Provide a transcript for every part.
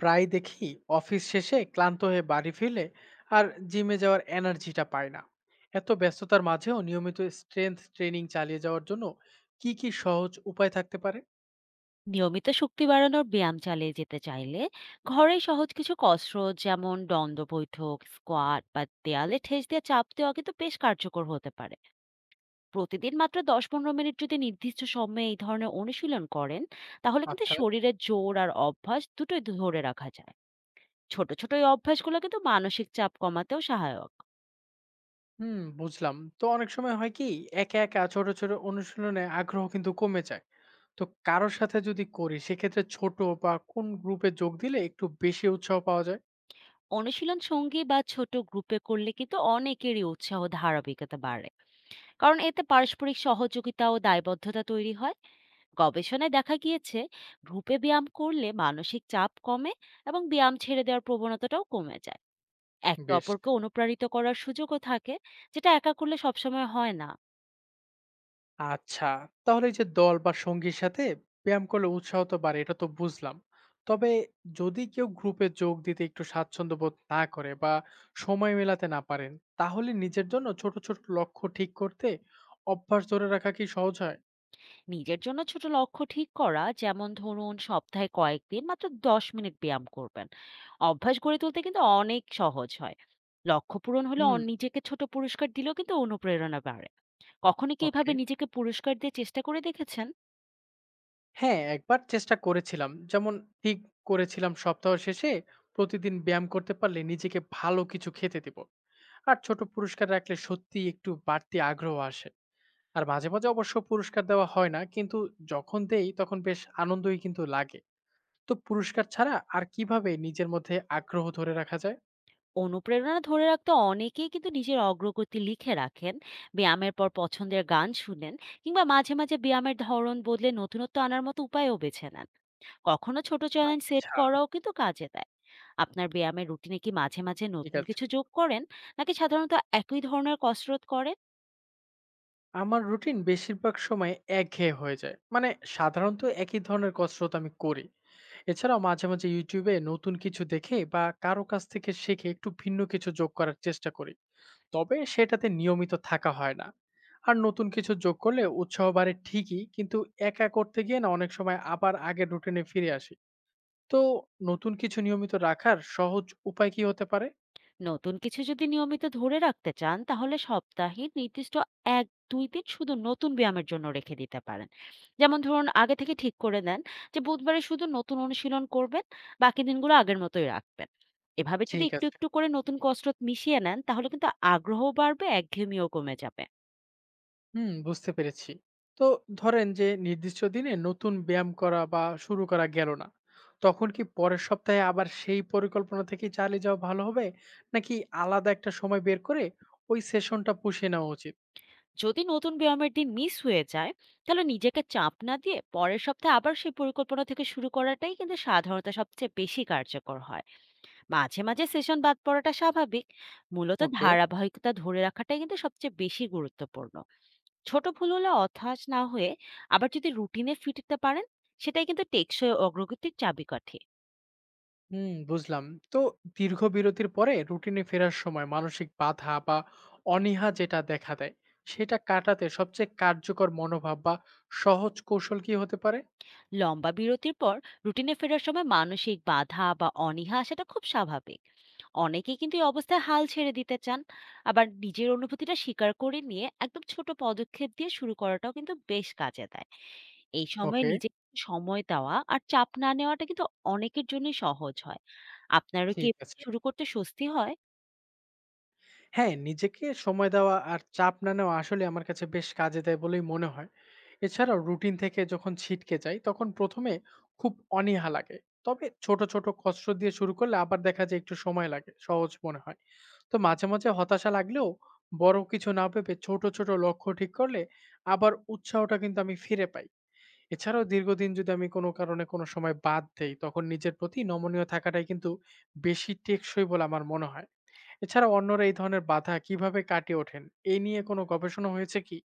প্রায় দেখি অফিস শেষে ক্লান্ত হয়ে বাড়ি ফিরে আর জিমে যাওয়ার এনার্জিটা পায় না। এত ব্যস্ততার মাঝেও নিয়মিত স্ট্রেংথ ট্রেনিং চালিয়ে যাওয়ার জন্য কি কি সহজ উপায় থাকতে পারে? নিয়মিত শক্তি বাড়ানোর ব্যায়াম চালিয়ে যেতে চাইলে ঘরে সহজ কিছু কসরত যেমন দণ্ড বৈঠক স্কোয়াট বা দেয়ালে ঠেস দিয়ে চাপ দেওয়া কিন্তু বেশ কার্যকর হতে পারে। প্রতিদিন মাত্র ১০-১৫ মিনিট যদি নির্দিষ্ট সময়ে এই ধরনের অনুশীলন করেন, তাহলে কিন্তু আচ্ছা। শরীরের জোর আর অভ্যাস দুটোই ধরে রাখা যায়। ছোট ছোট এই অভ্যাসগুলো কিন্তু মানসিক চাপ কমাতেও সহায়ক। হুম, বুঝলাম। তো অনেক সময় হয় কি একা একা ছোট ছোট অনুশীলনে আগ্রহ কিন্তু কমে যায়। তো কারোর সাথে যদি করি সেক্ষেত্রে ছোট বা কোন গ্রুপে যোগ দিলে একটু বেশি উৎসাহ পাওয়া যায়। অনুশীলন সঙ্গী বা ছোট গ্রুপে করলে কিন্তু অনেকেরই উৎসাহ ধারাবাহিকতা বাড়ে, কারণ এতে পারস্পরিক সহযোগিতা ও দায়বদ্ধতা তৈরি হয়। গবেষণায় দেখা গিয়েছে, গ্রুপে ব্যায়াম করলে মানসিক চাপ কমে এবং ব্যায়াম ছেড়ে দেওয়ার প্রবণতাটাও কমে যায়। একে বেশ। অপরকে অনুপ্রাণিত করার সুযোগও থাকে, যেটা একা করলে সবসময় হয় না। আচ্ছা, তাহলে এই যে দল বা সঙ্গীর সাথে ব্যায়াম করলে উৎসাহ তো বাড়ে, এটা তো বুঝলাম। তবে যদি কেউ গ্রুপে যোগ দিতে একটু স্বাচ্ছন্দ্য বোধ না করে বা সময় মেলাতে না পারেন, তাহলে নিজের জন্য ছোট ছোট লক্ষ্য ঠিক করতে অভ্যাস ধরে রাখা কি সহজ হয়? নিজের জন্য ছোট লক্ষ্য ঠিক করা, যেমন ধরুন সপ্তাহে কয়েকদিন মাত্র ১০ মিনিট ব্যায়াম করবেন, অভ্যাস গড়ে তুলতে কিন্তু অনেক সহজ হয়। লক্ষ্য পূরণ হলে হুম। নিজেকে ছোট পুরস্কার দিলেও কিন্তু অনুপ্রেরণা বাড়ে। কখনো কি এভাবে ওকে, নিজেকে পুরস্কার দিয়ে চেষ্টা করে দেখেছেন? হ্যাঁ একবার চেষ্টা করেছিলাম। যেমন ঠিক করেছিলাম সপ্তাহ শেষে প্রতিদিন ব্যায়াম করতে পারলে নিজেকে ভালো কিছু খেতে দিব। আর ছোট পুরস্কার রাখলে সত্যি একটু বাড়তি আগ্রহ আসে। আর মাঝে, মাঝে অবশ্য পুরস্কার দেওয়া হয় না। কিন্তু যখন দেই তখন বেশ আনন্দই কিন্তু লাগে। তো পুরস্কার ছাড়া আর কিভাবে নিজের মধ্যে আগ্রহ ধরে রাখা যায়? অনুপ্রেরণা ধরে রাখতে অনেকেই কিন্তু নিজের অগ্রগতি লিখে রাখেন, ব্যায়ামের পর পছন্দের গান শুনেন, কিংবা মাঝে মাঝে ব্যায়ামের ধরন বদলে নতুনত্ব আনার মতো উপায়ও বেছে নেন। কখনো ছোট চ্যালেঞ্জ সেট আচ্ছা। করাও কিন্তু কাজে দেয়। আপনার ব্যায়ামের রুটিনে কি মাঝে মাঝে ঠিক নতুন আছে। কিছু যোগ করেন, নাকি সাধারণত একই ধরনের কসরত করেন? আমার রুটিন বেশিরভাগ সময় একঘেয়ে হয়ে যায়। সাধারণত একই ধরনের কসরত আমি করি। এছাড়াও মাঝে, মাঝে YouTube এ নতুন কিছু দেখে বা কারো কাছ থেকে শিখে একটু ভিন্ন কিছু যোগ করার চেষ্টা করি। তবে সেটাতে নিয়মিত থাকা হয় না। আর নতুন কিছু যোগ করলে উৎসাহ বাড়ে ঠিকই, কিন্তু একা করতে গিয়ে না অনেক সময় আবার আগের রুটিনে ফিরে আসি। তো নতুন কিছু নিয়মিত রাখার সহজ উপায় কি হতে পারে? নতুন কিছু যদি নিয়মিত ধরে রাখতে চান, তাহলে সপ্তাহে নির্দিষ্ট ১-২ দিন শুধু নতুন ব্যায়ামের জন্য রেখে দিতে পারেন। যেমন ধরুন, আগে থেকে ঠিক করে নেন যে বুধবারে শুধু নতুন অনুশীলন করবেন, বাকি দিনগুলো আগের মতোই রাখবেন। এভাবে যদি ঠিক একটু আছে। একটু করে নতুন কসরত মিশিয়ে নেন, তাহলে কিন্তু আগ্রহ বাড়বে, একঘেয়েমিও কমে যাবে। হুম, বুঝতে পেরেছি। তো ধরেন যে নির্দিষ্ট দিনে নতুন ব্যায়াম করা বা শুরু করা গেল না, তখন কি পরের সপ্তাহে আবার সেই পরিকল্পনা থেকে চালিয়ে যাওয়া ভালো হবে, নাকি আলাদা একটা সময় বের করে ওই সেশনটা পুষিয়ে নেওয়া উচিত? যদি নতুন ব্যায়ামের দিন মিস হয়ে যায়, তাহলে নিজেকে চাপ না দিয়ে পরের সপ্তাহে আবার সেই পরিকল্পনা থেকে শুরু করাটাই কিন্তু সাধারণত সবচেয়ে বেশি কার্যকর হয়। মাঝে মাঝে সেশন বাদ পড়াটা স্বাভাবিক। মূলত ওকে। ধারাবাহিকতা ধরে রাখাটাই কিন্তু সবচেয়ে বেশি গুরুত্বপূর্ণ। ছোট ভুল হলে হতাশ না হয়ে আবার যদি রুটিনে ফিরতে পারেন, সেটাই কিন্তু টেকসই অগ্রগতির চাবিকাঠি। হুম, বুঝলাম। তো দীর্ঘ বিরতির পরে রুটিনে ফেরার সময় মানসিক বাধা বা অনীহা যেটা দেখা দেয়, সেটা কাটাতে সবচেয়ে কার্যকর মনোভাব বা সহজ কৌশল কি হতে পারে? লম্বা বিরতির পর রুটিনে ফেরার সময় মানসিক বাধা বা অনীহা সেটা খুব স্বাভাবিক। অনেকেই কিন্তু এই অবস্থায় হাল ছেড়ে দিতে চান। আবার নিজের অনুভূতিটা স্বীকার করে নিয়ে একদম ছোট পদক্ষেপ দিয়ে শুরু করাটাও কিন্তু বেশ কাজে দেয়। এই সময়ে ওকে। নিজেকে একটু সময় দেওয়া আর চাপ না নেওয়াটা কিন্তু অনেকের জন্যই সহজ হয়। আপনারও কি ঠিক এভাবে আছে। শুরু করতে স্বস্তি হয়? হ্যাঁ, নিজেকে সময় দেওয়া আর চাপ না নেওয়া আসলে আমার কাছে বেশ কাজে দেয় বলেই মনে হয়। এছাড়াও রুটিন থেকে যখন ছিটকে যাই তখন প্রথমে খুব অনীহা লাগে। তবে ছোট ছোট কষ্ট দিয়ে শুরু করলে আবার দেখা যায় একটু সময় লাগে, সহজ মনে হয়। তো মাঝে, মাঝে হতাশা লাগলেও বড় কিছু না ভেবে ছোট, ছোট লক্ষ্য ঠিক করলে আবার উৎসাহটা কিন্তু আমি ফিরে পাই। এছাড়াও দীর্ঘদিন যদি আমি কোনো কারণে কোনো সময় বাদ দেই, তখন নিজের প্রতি নমনীয় থাকাটাই কিন্তু বেশি টেকসই বলে আমার মনে হয়। এছাড়া অন্যরা এই ধরনের বাধা কিভাবে কাটিয়ে ওঠেন, এই নিয়ে কোনো গবেষণা হয়েছে কি?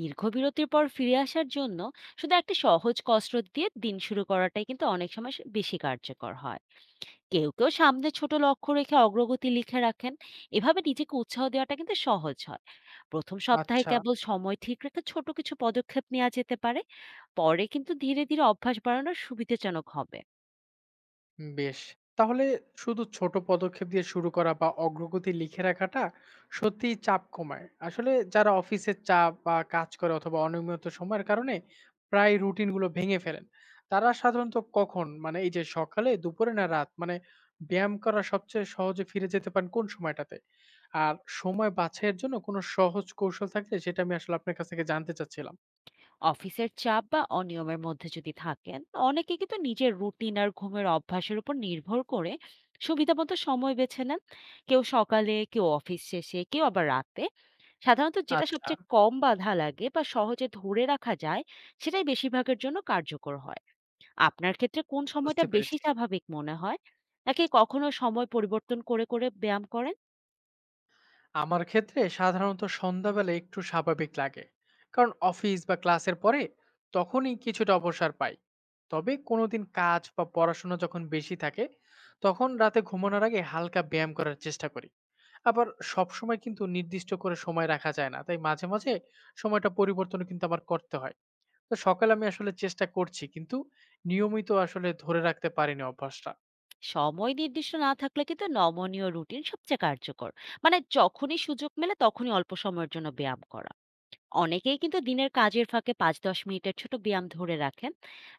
দীর্ঘ বিরতির পর ফিরে আসার জন্য শুধু একটা সহজ কসরত দিয়ে দিন শুরু করাটাই কিন্তু অনেক সময় সে বেশি কার্যকর হয়। কেউ, কেউ সামনে ছোট লক্ষ্য রেখে অগ্রগতি লিখে রাখেন। এভাবে নিজেকে উৎসাহ দেওয়াটা কিন্তু সহজ হয়। ১ম সপ্তাহে আচ্ছা। কেবল সময় ঠিক রেখে ছোট কিছু পদক্ষেপ নেওয়া যেতে পারে। পরে কিন্তু ধীরে, ধীরে অভ্যাস বাড়ানো সুবিধাজনক হবে। বেশ! তাহলে শুধু ছোট পদক্ষেপ দিয়ে শুরু করা বা অগ্রগতি লিখে রাখাটা সত্যিই চাপ কমায়। আসলে যারা অফিসের চাপ বা কাজ করে অথবা অনিয়মিত সময়ের কারণে প্রায় রুটিন গুলো ভেঙে ফেলেন। তারা সাধারণত কখন, এই যে সকালে, দুপুরে না রাত, ব্যায়াম করা সবচেয়ে সহজে ফিরে যেতে পারেন কোন সময়টাতে? আর সময় বাছাইয়ের জন্য কোনো সহজ কৌশল থাকলে সেটা আমি আসলে আপনার কাছ থেকে জানতে চাচ্ছিলাম। অফিসের চাপ বা অনিয়মের মধ্যে যদি থাকেন, অনেকে কিন্তু নিজের রুটিন আর ঘুমের অভ্যাসের উপর নির্ভর করে সুবিধামতো সময় বেছে নেন। কেউ সকালে, কেউ অফিস শেষে, কেউ আবার রাতে। সাধারণত যেটা আচ্ছা, সবচেয়ে কম বাধা লাগে বা সহজে ধরে রাখা যায়, সেটাই বেশিরভাগের জন্য কার্যকর হয়। আপনার ক্ষেত্রে কোন সময়টা বুঝতে বেশি পেরেছি। স্বাভাবিক মনে হয়, নাকি কখনো সময় পরিবর্তন করে করে ব্যায়াম করেন? আমার ক্ষেত্রে সাধারণত সন্ধ্যাবেলা একটু স্বাভাবিক লাগে, কারণ অফিস বা ক্লাসের পরে তখনই কিছুটা অবসর পাই। তবে কোনোদিন কাজ বা পড়াশোনা যখন বেশি থাকে তখন রাতে ঘুমানোর আগে হালকা ব্যায়াম করার চেষ্টা করি। আবার সবসময় কিন্তু নির্দিষ্ট করে সময় রাখা যায় না, তাই মাঝে মাঝে সময়টা পরিবর্তন কিন্তু আমার করতে হয়। তো সকালে আমি আসলে চেষ্টা করছি কিন্তু নিয়মিত আসলে ধরে রাখতে পারিনি অভ্যাসটা। সময় নির্দিষ্ট না থাকলে কিন্তু নমনীয় রুটিন সবচেয়ে কার্যকর, মানে যখনই সুযোগ মেলে তখনই অল্প সময়ের জন্য ব্যায়াম করা। অনেকেই কিন্তু দিনের কাজের ফাঁকে ৫-১০ মিনিটের ছোট ব্যায়াম ধরে রাখেন।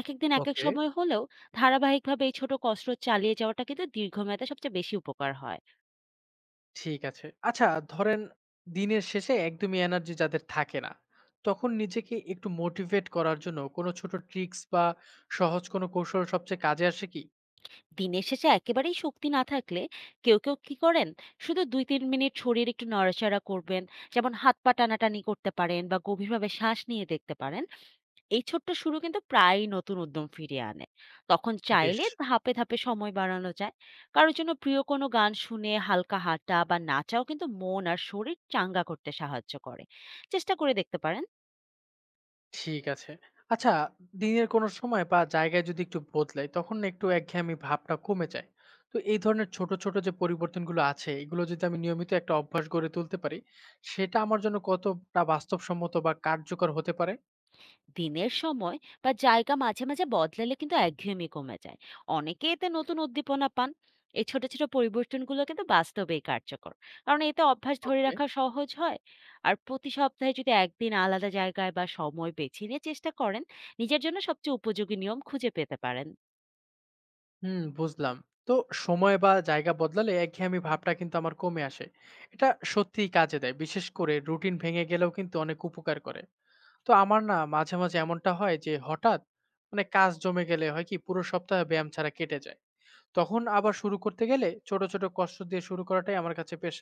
এক এক দিন এক এক ওকে। সময় হলেও ধারাবাহিকভাবে এই ছোট কসরত চালিয়ে যাওয়াটা কিন্তু দীর্ঘমেয়াদে সবচেয়ে বেশি উপকার হয়। ঠিক আছে। আচ্ছা, ধরেন দিনের শেষে একদমই এনার্জি যাদের থাকে না, তখন নিজেকে একটু মোটিভেট করার জন্য কোনো ছোট ট্রিক্স বা সহজ কোনো কৌশল সবচেয়ে কাজে আসে কি? দিনের শেষে একেবারেই শক্তি না থাকলে কেউ কেউ কি করেন, শুধু ২-৩ মিনিট শরীর একটু নড়াচড়া করবেন। যেমন হাত পা টানাটানি করতে পারেন বা গভীরভাবে শ্বাস নিয়ে দেখতে পারেন। এই ছোট্ট শুরু কিন্তু প্রায়ই নতুন উদ্যম ফিরিয়ে আনে। তখন বেশ, চাইলে ধাপে ধাপে সময় বাড়ানো যায়। কারোর জন্য প্রিয় কোনো গান শুনে হালকা হাঁটা বা নাচাও কিন্তু মন আর শরীর চাঙ্গা করতে সাহায্য করে। চেষ্টা করে দেখতে পারেন। ঠিক আছে। আচ্ছা, দিনের কোনো সময় বা জায়গায় যদি একটু বদলাই তখন না একটু একঘেয়েমি ভাবটা কমে যায়। তো এই ধরনের ছোট, ছোট যে পরিবর্তনগুলো আছে এগুলো যদি আমি নিয়মিত একটা অভ্যাস গড়ে তুলতে পারি, সেটা আমার জন্য কতটা বাস্তবসম্মত বা কার্যকর হতে পারে? দিনের সময় বা জায়গা মাঝে মাঝে বদলালে কিন্তু একঘেয়েমি কমে যায়। অনেকে এতে নতুন উদ্দীপনা পান। এই ছোট ছোট পরিবর্তনগুলো কিন্তু বাস্তবেই কার্যকর, কারণ এতে অভ্যাস ধরে ওকে। রাখা সহজ হয়। আর প্রতি সপ্তাহে যদি একদিন আলাদা জায়গায় বা সময় বেছে নিয়ে চেষ্টা করেন, নিজের জন্য সবচেয়ে উপযোগী নিয়ম খুঁজে পেতে পারেন। হুম, বুঝলাম। তো সময় বা জায়গা বদলালে একঘেয়েমি ভাবটা কিন্তু আমার কমে আসে। এটা সত্যিই কাজে দেয়। বিশেষ করে রুটিন ভেঙে গেলেও কিন্তু অনেক উপকার করে। তো আমার না মাঝে, মাঝে এমনটা হয় যে হঠাৎ কাজ জমে গেলে হয় কি পুরো সপ্তাহ ব্যায়াম ছাড়া কেটে যায়। তখন আবার শুরু করতে গেলে ছোট, ছোট কষ্ট দিয়ে শুরু করাটাই আমার কাছে বেশ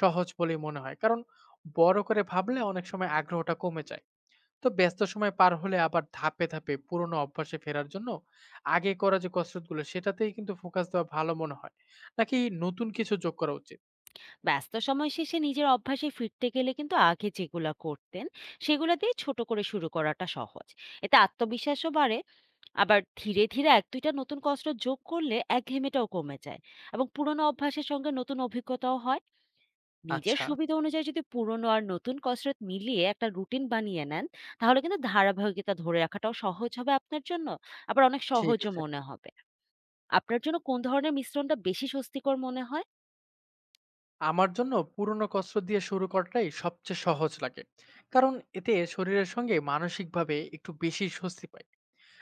সহজ বলেই মনে হয়। কারণ বড় করে ভাবলে অনেক সময় আগ্রহটা কমে যায়। তো ব্যস্ত সময় পার হলে আবার ধাপে ধাপে পুরোনো অভ্যাসে ফেরার জন্য আগে করা যে কসরতগুলো সেটাতেই কিন্তু ফোকাস দেওয়া ভালো মনে হয়, নাকি নতুন কিছু যোগ করা উচিত? ব্যস্ত সময় শেষে নিজের অভ্যাসে ফিরতে গেলে কিন্তু আগে যেগুলো করতেন, সেগুলো দিয়ে ছোট করে শুরু করাটা সহজ। এতে আত্মবিশ্বাসও বাড়ে। আবার ধীরে ধীরে ১-২টা নতুন কষ্ট যোগ করলে একঘেয়েমিটাও কমে যায় এবং পুরনো অভ্যাসের সঙ্গে নতুন অভিজ্ঞতাও হয়। নিজের আচ্ছা। সুবিধা অনুযায়ী যদি পুরনো আর নতুন কসরত মিলিয়ে একটা রুটিন বানিয়ে নেন, তাহলে কিন্তু ধারাবাহিকতা ধরে রাখাটাও সহজ হবে আপনার জন্য, আবার অনেক ঠিক সহজও আছে। মনে হবে। আপনার জন্য কোন ধরনের মিশ্রণটা বেশি স্বস্তিকর মনে হয়? আমার জন্য পুরোনো কসরত দিয়ে শুরু করাটাই সবচেয়ে সহজ লাগে, কারণ এতে শরীরের সঙ্গে মানসিকভাবে একটু বেশি স্বস্তি পাই।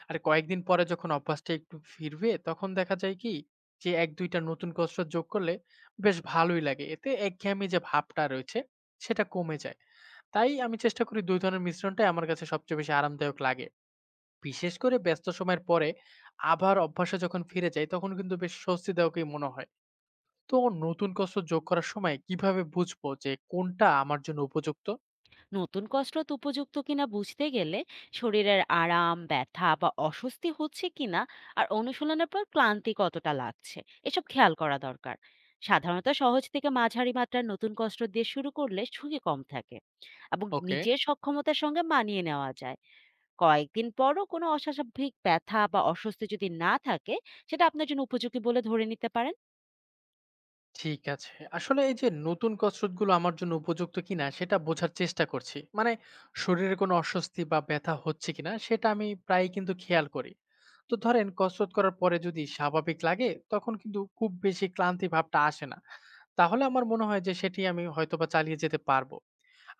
আর কয়েকদিন পরে যখন অভ্যাসটা একটু ফিরবে তখন দেখা যায় কি যে এক দুইটা নতুন কসরত যোগ করলে বেশ ভালোই লাগে, এতে একঘেয়েমি যে ভাবটা রয়েছে সেটা কমে যায়। তাই আমি চেষ্টা করি ২ ধরনের মিশ্রণটাই আমার কাছে সবচেয়ে বেশি আরামদায়ক লাগে। বিশেষ করে ব্যস্ত সময়ের পরে আবার অভ্যাসে যখন ফিরে যাই, তখন কিন্তু বেশ স্বস্তিদায়কই মনে হয়। তো নতুন কসরত যোগ করার সময় কিভাবে বুঝবো যে কোনটা আমার জন্য উপযুক্ত? নতুন কসরত উপযুক্ত কিনা বুঝতে গেলে শরীরের আরাম, ব্যথা বা অস্বস্তি হচ্ছে কিনা, আর অনুশীলনের পর ক্লান্তি কতটা লাগছে, এসব খেয়াল করা দরকার। সাধারণত সহজ থেকে মাঝারি মাত্রার নতুন কসরত দিয়ে শুরু করলে ঝুঁকি কম থাকে এবং ওকে। নিজের সক্ষমতার সঙ্গে মানিয়ে নেওয়া যায়। কয়েকদিন পরও কোনো অস্বাভাবিক ব্যথা বা অস্বস্তি যদি না থাকে, সেটা আপনার জন্য উপযোগী বলে ধরে নিতে পারেন। ঠিক আছে। আসলে এই যে নতুন কসরতগুলো আমার জন্য উপযুক্ত কিনা সেটা বোঝার চেষ্টা করছি। শরীরে কোনো অস্বস্তি বা ব্যথা হচ্ছে কিনা সেটা আমি প্রায়ই কিন্তু খেয়াল করি। তো ধরেন কসরত করার পরে যদি স্বাভাবিক লাগে তখন কিন্তু খুব বেশি ক্লান্তি ভাবটা আসে না। তাহলে আমার মনে হয় যে সেটি আমি হয়তোবা চালিয়ে যেতে পারবো।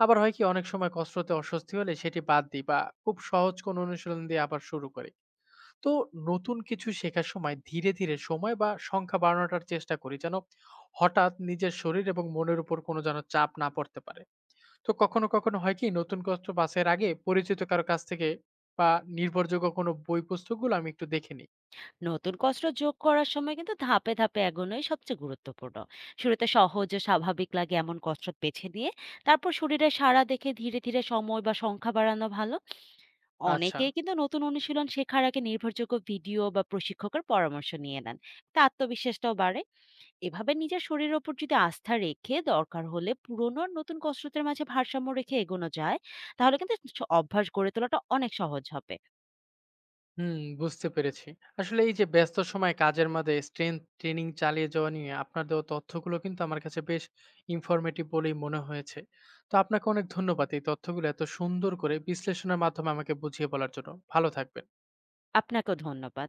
আবার হয় কি অনেক সময় কসরতে অস্বস্তি হলে সেটি বাদ দিই বা খুব সহজ কোনো অনুশীলন দিয়ে আবার শুরু করি। তো নতুন কিছু শেখার সময় ধীরে, ধীরে সময় বা সংখ্যা বাড়ানোটার চেষ্টা করি যেন হঠাৎ নিজের শরীর এবং মনের উপর কোনো যেন চাপ না পড়তে পারে। তো কখনো, কখনো হয় কি নতুন কষ্ট বাছাইয়ের আগে পরিচিত কারো কাছ থেকে বা নির্ভরযোগ্য কোনো বই পুস্তকগুলো আমি একটু দেখে নিই। নতুন কসরত যোগ করার সময় কিন্তু ধাপে ধাপে এগোনোই সবচেয়ে গুরুত্বপূর্ণ। শুরুতে সহজ ও স্বাভাবিক লাগে এমন কসরত বেছে নিয়ে, তারপর শরীরে সাড়া দেখে ধীরে ধীরে সময় বা সংখ্যা বাড়ানো ভালো। আচ্ছা। অনেকেই কিন্তু নতুন অনুশীলন শেখার আগে নির্ভরযোগ্য ভিডিও বা প্রশিক্ষকের পরামর্শ নিয়ে নেন। তা আত্মবিশ্বাসটাও বাড়ে। এভাবে নিজের শরীরের ওপর যদি আস্থা রেখে দরকার হলে পুরনো আর নতুন কসরতের মাঝে ভারসাম্য রেখে এগোনো যায়, তাহলে কিন্তু অভ্যাস গড়ে তোলাটা অনেক সহজ হবে। হুম, বুঝতে পেরেছি। আসলে এই যে ব্যস্ত সময়ে কাজের মাঝে strength ট্রেনিং চালিয়ে যাওয়া নিয়ে আপনার দেওয়া তথ্যগুলো কিন্তু আমার কাছে বেশ informative বলেই মনে হয়েছে। তো আপনাকে অনেক ধন্যবাদ এই তথ্যগুলো এত সুন্দর করে বিশ্লেষণের মাধ্যমে আমাকে বুঝিয়ে বলার জন্য। ভালো থাকবেন। আপনাকেও ধন্যবাদ।